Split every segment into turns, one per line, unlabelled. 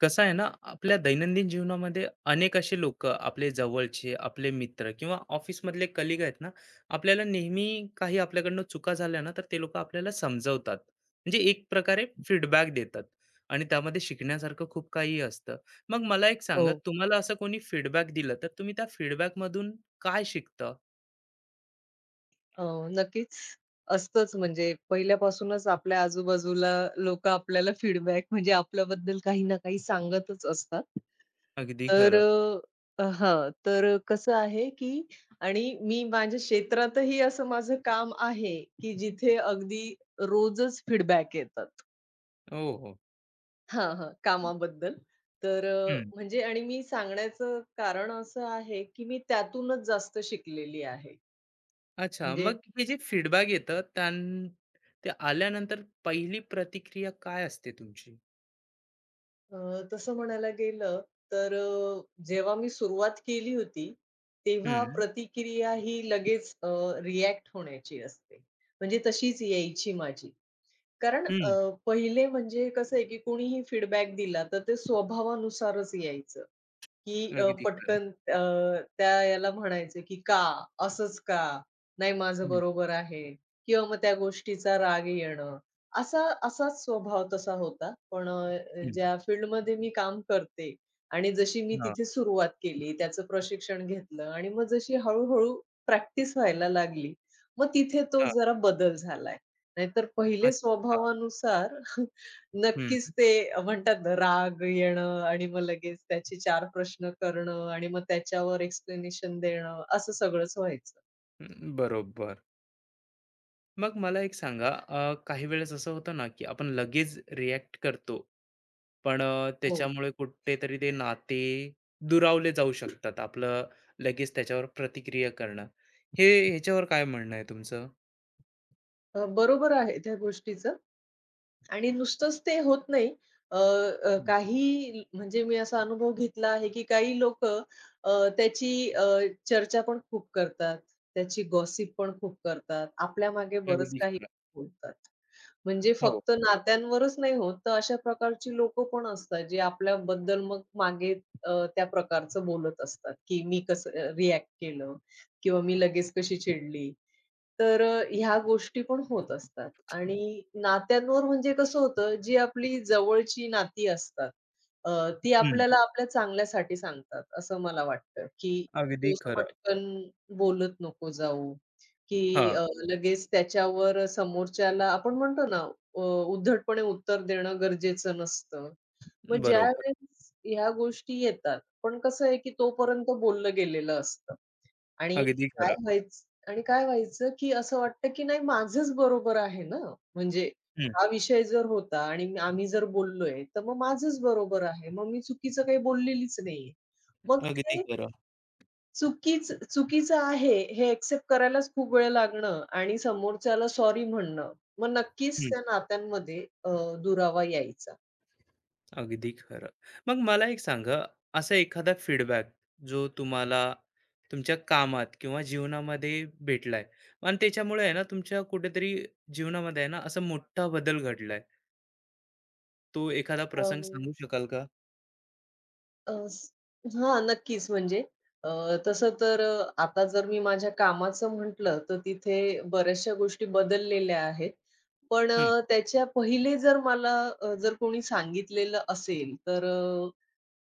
कसं आहे ना, आपल्या दैनंदिन जीवनामध्ये अनेक असे लोकं, आपले जवळचे, आपले मित्र किंवा ऑफिसमधले कलीग आहेत ना, आपल्याला नेहमी काही आपल्याकडनं चुका झाल्या ना, तर ते लोकं आपल्याला समजवतात. म्हणजे एक प्रकारे फीडबॅक देतात आणि त्यामध्ये शिकण्यासारखं खूप काही असतं. मग मला एक सांगा,
हो.
तुम्हाला असं कोणी फीडबॅक दिलं, तर तुम्ही त्या फीडबॅकमधून काय शिकता?
अ, नक्कीच असतंच म्हणजे पहिल्यापासूनच आपल्या आजूबाजूला लोकं आपल्याला फीडबॅक म्हणजे आपल्याबद्दल काही ना काही सांगतच असतात.
अगदी
तर
खरं.
अ, हां, तर अ, कसं आहे, की आणि मी माझ्या क्षेत्रातही असं माझं काम आहे, की जिथे अगदी रोजच फीडबॅक येतात.
हो, हो.
हां, हां, कामाबद्दल. तर
हं.
म्हणजे आणि मी सांगण्याचं कारण असं आहे, की मी त्यातूनच जास्त शिकलेली आहे.
अच्छा,
म्हणजे
मग हे जे फीडबॅक येतं त्यां ते आल्यानंतर पहिली प्रतिक्रिया काय असते तुमची?
अ, तसं म्हणायला गेलं तर जेव्हा मी सुरुवात केली होती, तेव्हा
हं,
प्रतिक्रिया ही लगेच रिॲक्ट होण्याची असते. म्हणजे तशीच यायची माझी. कारण
हं.
पहिले म्हणजे कसं आहे, की कोणीही फीडबॅक दिला, तर ते स्वभावानुसारच यायचं. की
अगदी खरं.
पटकन त्या याला म्हणायचं की "का? असंच का? नाही माझं
हं,
बरोबर आहे." किंवा मग त्या गोष्टीचा राग येणं. असाच स्वभाव तसा होता. पण
हं.
ज्या फील्डमध्ये मी काम करते आणि जशी मी
हां,
तिथे सुरुवात केली, त्याचं प्रशिक्षण घेतलं आणि मग जशी हळू प्रॅक्टिस व्हायला लागली, मग तिथे तो
हां.
जरा बदल झालाय. नाहीतर पहिले
अच्छा.
स्वभावानुसार
हं,
नक्कीच ते म्हणतात ना, राग येणं आणि मग लगेच त्याचे 4 प्रश्न करणं आणि मग त्याच्यावर एक्सप्लेनेशन देणं, असं सगळंच व्हायचं.
हं. बरोबर. मग मला एक सांगा, काही वेळेस असं होतं ना, की आपण लगेच रिएक्ट करतो, पण
हो.
त्याच्यामुळे कुठेतरी ते नाते दुरावले जाऊ शकतात. आपलं लगेच त्याच्यावर प्रतिक्रिया करणं. हे ह्याच्यावर काय म्हणणं आहे तुमचं?
बरोबर आहे त्या गोष्टीचं. आणि नुसतंच ते होत नाही. अ, अ,
हं,
काही म्हणजे मी असा अनुभव घेतला आहे, की काही लोक त्याची चर्चा पण खूप करतात. त्याची गॉसिप पण खूप करतात. आपल्या मागे बरंच
अगदी
काही
खरं.
बोलतात. म्हणजे
हो.
फक्त नात्यांवरच नाही होत, तर अशा प्रकारची लोकं पण असतात, जे आपल्याबद्दल मग मागे त्या प्रकारचं बोलत असतात, की मी कसं रिॲक्ट केलं किंवा मी लगेच कशी चिडली. तर ह्या गोष्टी पण होत असतात आणि नात्यांवर म्हणजे कसं होतं, जी आपली जवळची नाती असतात, अ, ती
हं.
आपल्याला आपल्या चांगल्यासाठी सांगतात, असं मला वाटतं, की
अगदी
तू असं
खरं.
पटकन बोलत नको जाऊ, की
हां,
लगेच त्याच्यावर समोरच्याला आपण म्हणतो ना, अ, उद्धटपणे उत्तर देणं गरजेचं नसतं. मग
बरोबर.
ज्यावेळेस ह्या गोष्टी येतात, पण कसं आहे, की तोपर्यंत बोललं गेलेलं असतं. आणि
अगदी
काय
खरं.
व्हायचं आणि काय व्हायचं, की असं वाटतं, की नाही माझंच बरोबर आहे ना. म्हणजे
हं,
हा विषय जर होता आणि आम्ही जर बोललोय, तर मग माझंच बरोबर आहे. मग मी चुकीचं काही बोललेलीच नाहीये. मग
अगदी
ते
खरं.
चुकीचं आहे हे एक्सेप्ट करायलाच खूप वेळ लागणं आणि समोरच्याला सॉरी म्हणणं. मग नक्कीच
हं.
त्या नात्यांमध्ये दुरावा यायचा.
अगदी खरं. मग मला एक सांगा, असा एखादा फीडबॅक जो तुम्हाला तुमच्या कामात किंवा जीवनामध्ये भेटलाय आणि त्याच्यामुळे आहे ना, तुमच्या कुठेतरी जीवनामध्ये आहे ना, असा मोठा बदल घडलाय. तो एखादा
अ
प्रसंग सांगू शकाल का?
अ, हां, नक्कीच. म्हणजे अ, तसं तर आता जर मी माझ्या कामाचं म्हटलं, तर तिथे बऱ्याचशा गोष्टी बदललेल्या आहेत. पण
हं,
त्याच्या पहिले जर मला जर कोणी सांगितलेलं असेल, तर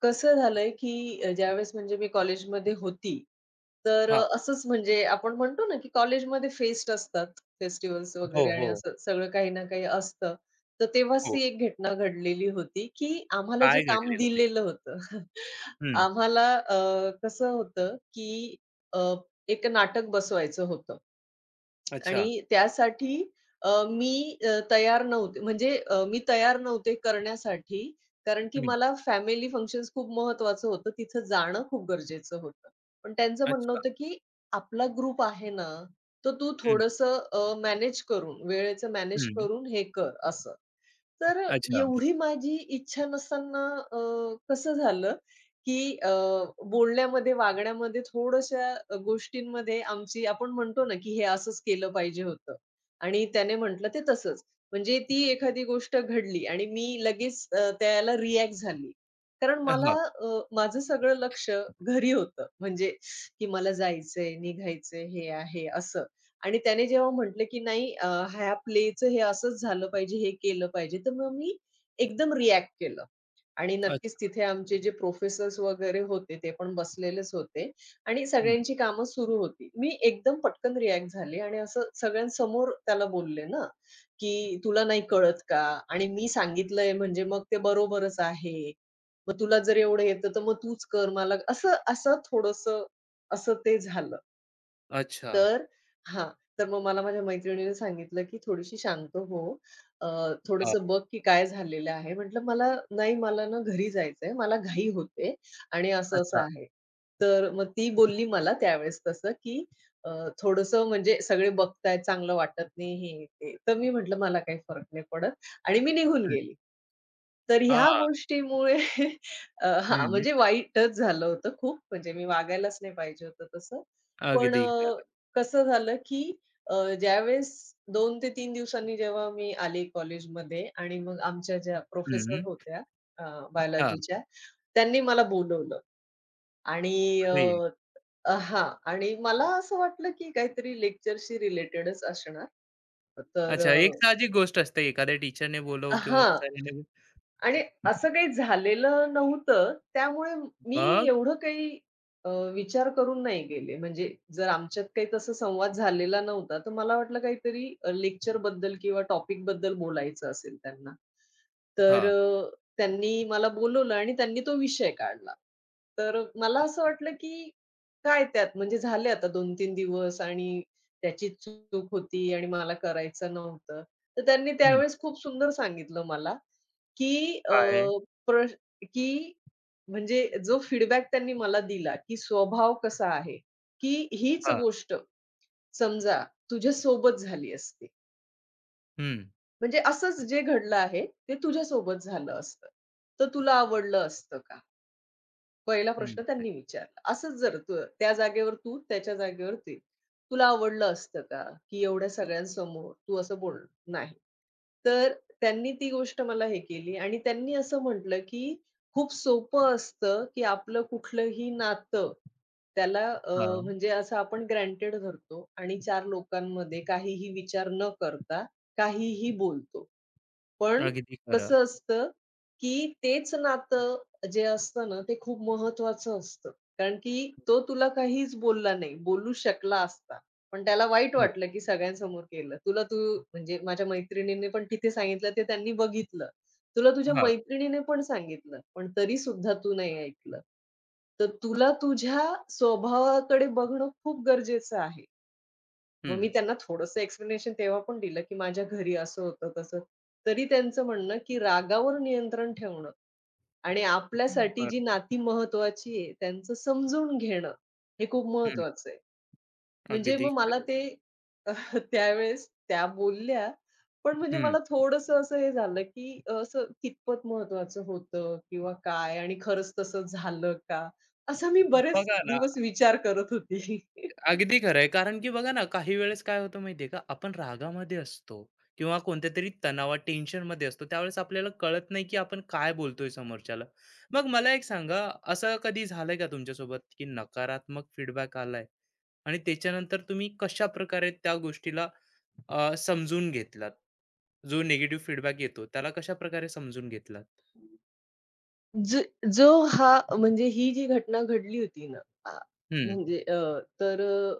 कसं झालंय, की ज्यावेळेस म्हणजे मी कॉलेजमध्ये होती, तर
हां.
असंच म्हणजे आपण म्हणतो ना, की कॉलेजमध्ये फेस्ट असतात, फेस्टिव्हल्स
हो,
वगैरे आणि
हो,
असं सगळं काही ना काही असतं. तर तेव्हाच ती
हो.
एक घटना घडलेली होती, की आम्हाला जे
काय
काम
घडलेलं
दिलेलं
नेमकं?
होतं,
हं.
आम्हाला कसं होतं, की अ, एक नाटक बसवायचं होतं.
अच्छा.
आणि त्यासाठी मी तयार नव्हते म्हणजे मी तयार नव्हते करण्यासाठी, कारण की
हं.
मला फॅमिली फंक्शन्स खूप महत्त्वाचं होतं. तिथं जाणं खूप गरजेचं होतं. पण त्यांचं म्हणणं
अच्छा.
होतं, की "आपला ग्रुप आहे ना, तर तू
हं,
थोडंसं मॅनेज करून, वेळेचं मॅनेज
हं.
करून हे कर," असं. तर
अच्छा.
एवढी माझी इच्छा नसताना कसं झालं, की बोलण्यामध्ये, वागण्यामध्ये थोड्याशा गोष्टींमध्ये आमची आपण म्हणतो ना, की हे असंच केलं पाहिजे होतं आणि त्याने म्हटलं ते तसंच. म्हणजे ती एखादी गोष्ट घडली आणि मी लगेच त्याला रिॲक्ट झाली. कारण मला
हां.
माझं सगळं लक्ष घरी होतं. म्हणजे की मला जायचंय, निघायचंय, हे आहे असं. आणि त्याने जेव्हा म्हटलं, की "नाही ह्या प्लेचं हे असंच झालं पाहिजे, हे केलं पाहिजे." तर मग मी एकदम रिएक्ट केलं. आणि नक्कीच
अच्छा.
तिथे आमचे जे प्रोफेसर्स वगैरे होते, ते पण बसलेलेच होते आणि
हं.
सगळ्यांची कामं सुरू होती. मी एकदम पटकन रिॲक्ट झाले आणि असं सगळ्यांसमोर त्याला बोलले ना, की "तुला नाही कळत का? आणि मी सांगितलंय म्हणजे मग ते बरोबरच आहे. मग तुला जर एवढं येतं, तर मग तूच कर मला" असं असं थोडंसं असं ते झालं.
अच्छा.
तर हां. तर मग मला माझ्या मैत्रिणीने सांगितलं, की "थोडीशी शांत हो, अ,
हां.
थोडंसं बघ की काय झालेलं आहे?" म्हटलं, "मला नाही, मला ना घरी जायचंय. मला घाई होते आणि असं-असं
अच्छा.
आहे." तर मग ती बोलली मला त्यावेळेस तसं की अ, थोडंसं म्हणजे सगळे बघतायत, चांगलं वाटत नाही, हे ते. तर मी म्हटलं, "मला काही फरक नाही पडत" आणि मी निघून
हं.
गेली. तर ह्या
हां.
गोष्टीमुळे हां,
हं.
म्हणजे वाईटच झालं होतं खूप. म्हणजे मी वागायलाच नाही पाहिजे होतं तसं. पण
अगदी खरं.
कसं झालं की ज्यावेळेस 2 ते तीन दिवसांनी जेव्हा मी आले कॉलेजमध्ये आणि मग आमच्या ज्या प्रोफेसर
हं.
होत्या अ,
हां.
बायोलॉजीच्या, त्यांनी मला बोलवलं आणि अ,
अरे!
अ, हां आणि मला असं वाटलं की काहीतरी लेक्चरशी रिलेटेडच असणार. तर
अच्छा, एक साहजिक गोष्ट असते एखाद्या टीचरने
अ
बोलावं किंवा
हां.
सरांनी
आणि असं काही झालेलं नव्हतं. त्यामुळे मी
मग
एवढं काही विचार करून नाही गेले. म्हणजे जर आमच्यात काही तसा संवाद झालेला नव्हता, तर मला वाटलं काहीतरी लेक्चरबद्दल किंवा टॉपिकबद्दल बोलायचं असेल त्यांना. तर
हां.
त्यांनी मला बोलवलं आणि त्यांनी तो विषय काढला. तर मला असं वाटलं, की काय त्यात म्हणजे झाले आता 2-3 दिवस आणि त्याची चूक होती आणि मला करायचं नव्हतं. तर त्यांनी
हं.
त्यावेळेस खूप सुंदर सांगितलं मला की अ,
काय?
प्र की म्हणजे जो फीडबॅक त्यांनी मला दिला, की स्वभाव कसा आहे, की हीच
हां.
गोष्ट समजा तुझ्यासोबत झाली असती.
हं,
म्हणजे असंच जे घडलं आहे, ते तुझ्यासोबत झालं असतं. तर तुला आवडलं असतं का? पहिला
हं.
प्रश्न त्यांनी विचारला. असंच जर तू त्या जागेवर तू, त्याच्या जागेवर ते. तुला आवडलं असतं का, की एवढ्या सगळ्यांसमोर तू असं बोल नाही. तर त्यांनी ती गोष्ट मला हे केली आणि त्यांनी असं म्हटलं, की खूप सोपं असतं, की आपलं कुठलंही नातं त्याला
हां.
म्हणजे असं आपण ग्रँटेड धरतो आणि 4 लोकांमध्ये काहीही विचार न करता काहीही बोलतो. पण
अगदी खरं.
कसं असतं, की तेच नातं जे असतं ना, ते खूप महत्त्वाचं असतं. कारण की तो तुला काहीच बोलला नाही. बोलू शकला असता. पण त्याला वाईट
हं.
वाटलं, की सगळ्यांसमोर केलं. तुला तू म्हणजे माझ्या मैत्रिणीने पण तिथे सांगितलं, ते त्यांनी बघितलं. तुला तुझ्या
हां.
मैत्रिणीने पण सांगितलं, पण तरीसुद्धा तू नाही ऐकलं. तर तुला तुझ्या स्वभावाकडे बघणं खूप गरजेचं आहे. मग
हं.
मी त्यांना थोडंसं एक्सप्लेनेशन तेव्हा पण दिलं, की माझ्या घरी असं होतं, तसं. तरी त्यांचं म्हणणं, की रागावर नियंत्रण ठेवणं आणि आपल्यासाठी
बरं.
जी नाती महत्त्वाची आहे, त्यांचं समजून घेणं, हे खूप
हं.
महत्त्वाचं आहे. म्हणजे
अगदी
मग मला
खरं.
ते त्यावेळेस त्या बोलल्या, पण म्हणजे
हं.
मला थोडंसं असं हे झालं, की असं कितपत महत्त्वाचं होतं किंवा काय आणि खरंच तसं झालं का? असा मी बरेच
बघा ना
दिवस विचार करत होती.
अगदी खरं आहे. कारण की बघा ना, काही वेळेस काय होतं माहिती आहे का, आपण रागामध्ये असतो किंवा कोणत्यातरी तणावात, टेन्शनमध्ये असतो. त्यावेळेस आपल्याला कळत नाही, की आपण काय बोलतोय समोरच्याला. मग मला एक सांगा, असं कधी झालंय का तुमच्यासोबत, की नकारात्मक फीडबॅक आलाय आणि त्याच्यानंतर तुम्ही कशाप्रकारे त्या गोष्टीला समजून घेतलात? जो निगेटिव्ह फीडबॅक येतो, त्याला कशाप्रकारे समजून घेतलात?
जो जो हा म्हणजे ही जी घटना घडली होती ना, आ,
हं.
म्हणजे तर अ,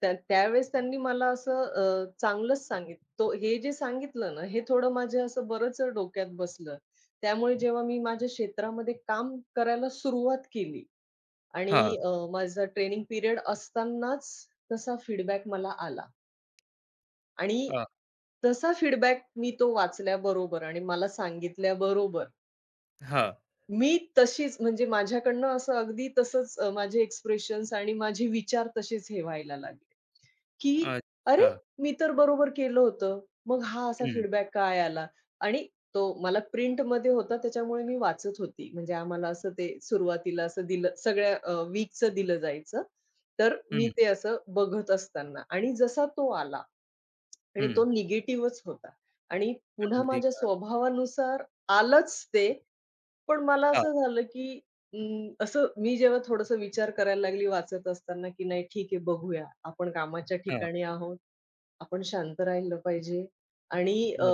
त्यावेळेस त्यांनी मला असं चांगलंच सांगितलं. तो हे जे सांगितलं ना, हे थोडं माझ्या असं बरंच डोक्यात बसलं. त्यामुळे जेव्हा मी माझ्या क्षेत्रामध्ये काम करायला सुरुवात केली आणि
हां.
माझा ट्रेनिंग पिरियड असतानाच तसा फीडबॅक मला आला आणि
हां.
तसा फीडबॅक मी तो वाचल्याबरोबर आणि मला सांगितल्याबरोबर
हां.
मी तशीच म्हणजे माझ्याकडनं असं अगदी तसंच माझे एक्सप्रेशन्स आणि माझे विचार तसेच हे व्हायला लागले, की "अरे!
अच्छा.
मी तर बरोबर केलं होतं. मग हा असा
हं,
फीडबॅक काय आला?" आणि तो मला प्रिंटमध्ये होता त्याच्यामुळे मी वाचत होती. म्हणजे आम्हाला असं ते सुरुवातीला असं दिलं सगळ्या वीकचं दिलं जायचं. तर
हं,
मी ते असं बघत असताना आणि जसा तो आला आणि
हं.
तो निगेटिव्हच होता आणि पुन्हा
अगदी
माझ्या
खरं.
स्वभावानुसार आलंच ते पण मला
हां,
असं झालं, की असं मी जेव्हा थोडंसं विचार करायला लागली वाचत असताना, की नाही ठीक आहे बघूया. आपण कामाच्या
हां.
ठिकाणी आहोत. आपण शांत राहिलं पाहिजे आणि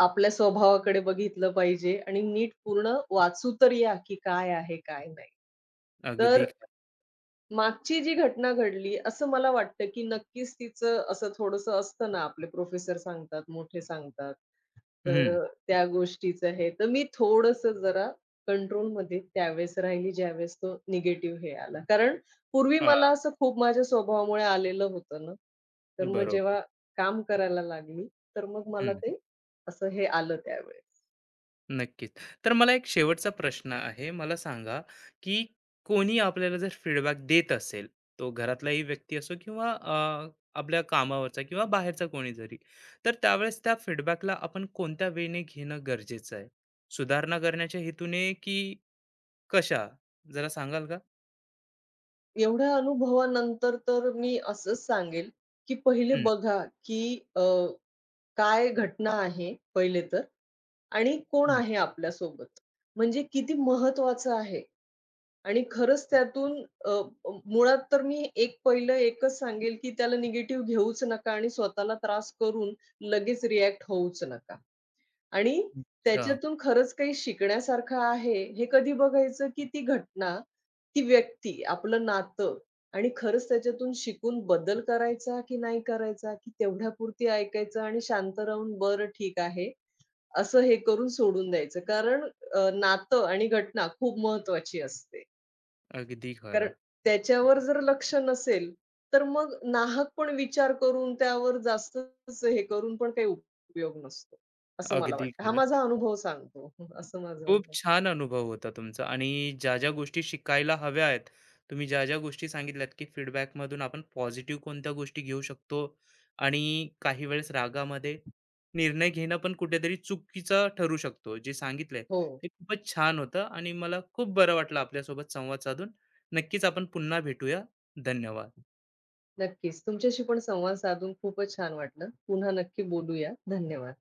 आपल्या स्वभावाकडे बघितलं पाहिजे आणि नीट पूर्ण वाचू तर या, की काय आहे, काय नाही. तर
अगदी खरं.
मागची जी घटना घडली असं मला वाटतं, की नक्कीच तिचं असं थोडंसं असतं ना, आपले प्रोफेसर सांगतात, मोठे सांगतात, तर
हं.
त्या गोष्टीचं हे. तर मी थोडंसं जरा कंट्रोलमध्ये त्यावेळेस राहिली, ज्यावेळेस तो निगेटिव्ह हे आला. कारण पूर्वी
अ,
मला असं खूप माझ्या स्वभावामुळे आलेलं होतं ना, तर मग
बरोबर.
जेव्हा काम करायला लागली, तर मग मला
हं,
ते असं हे आलं त्यावेळेस.
नक्कीच. तर मला एक शेवटचा प्रश्न आहे. मला सांगा, की कोणी आपल्याला जर फीडबॅक देत असेल, तो घरातलाही व्यक्ती असो किंवा आपल्या कामावरचा किंवा बाहेरचा कोणी जरी, तर त्यावेळेस त्या फीडबॅकला आपण कोणत्या वेने घेणं गरजेचं आहे? सुधारणा करण्याच्या हेतूने की कशा? जरा सांगाल का?
एवढ्या अनुभवानंतर तर मी असंच सांगेल, की पहिले
हं,
बघा, की अ, काय घटना आहे पहिले तर आणि कोण
हं.
आहे आपल्यासोबत. म्हणजे किती महत्त्वाचं आहे. आणि खरंच त्यातून अ, अ, मुळात तर मी एक पहिलं एकच सांगेल, की त्याला निगेटिव्ह घेऊच नका आणि स्वतःला त्रास करून लगेच रिएक्ट होऊच नका. आणि
अच्छा.
त्याच्यातून खरंच काही शिकण्यासारखं आहे, हे कधी बघायचं, की ती घटना, ती व्यक्ती, आपलं नातं आणि खरंच त्याच्यातून शिकून बदल करायचा की नाही करायचा, की तेवढ्यापुरती ऐकायचं आणि शांत राहून बरं ठीक आहे, असं हे करून सोडून द्यायचं. कारण नातं आणि घटना खूप महत्त्वाची असते.
अगदी खरं.
कारण त्याच्यावर जर लक्ष नसेल, तर मग नाहक पण विचार करून त्यावर जास्तच हे करून पण काही उपयोग नसतो, असं मला
अगदी
वाटतं. हा
खरं.
माझा अनुभव सांगतो. असं माझं
खूप
म्हणणं आहे.
छान अनुभव होता तुमचा आणि ज्या ज्या गोष्टी शिकायला हव्या आहेत, तुम्ही ज्या ज्या गोष्टी सांगितल्यात की feedback मधून आपण पॉझिटिव्ह कोणत्या गोष्टी घेऊ शकतो आणि काही वेळेस रागामध्ये निर्णय घेणं पण कुठेतरी चुकीचं ठरू शकतो. जे सांगितलंय
हो,
ते खूपच छान होतं आणि मला खूप बरं वाटलं आपल्यासोबत संवाद साधून. नक्कीच आपण पुन्हा भेटूया. धन्यवाद.
नक्कीच. तुमच्याशी पण संवाद साधून खूपच छान वाटलं. पुन्हा नक्की बोलूया. धन्यवाद.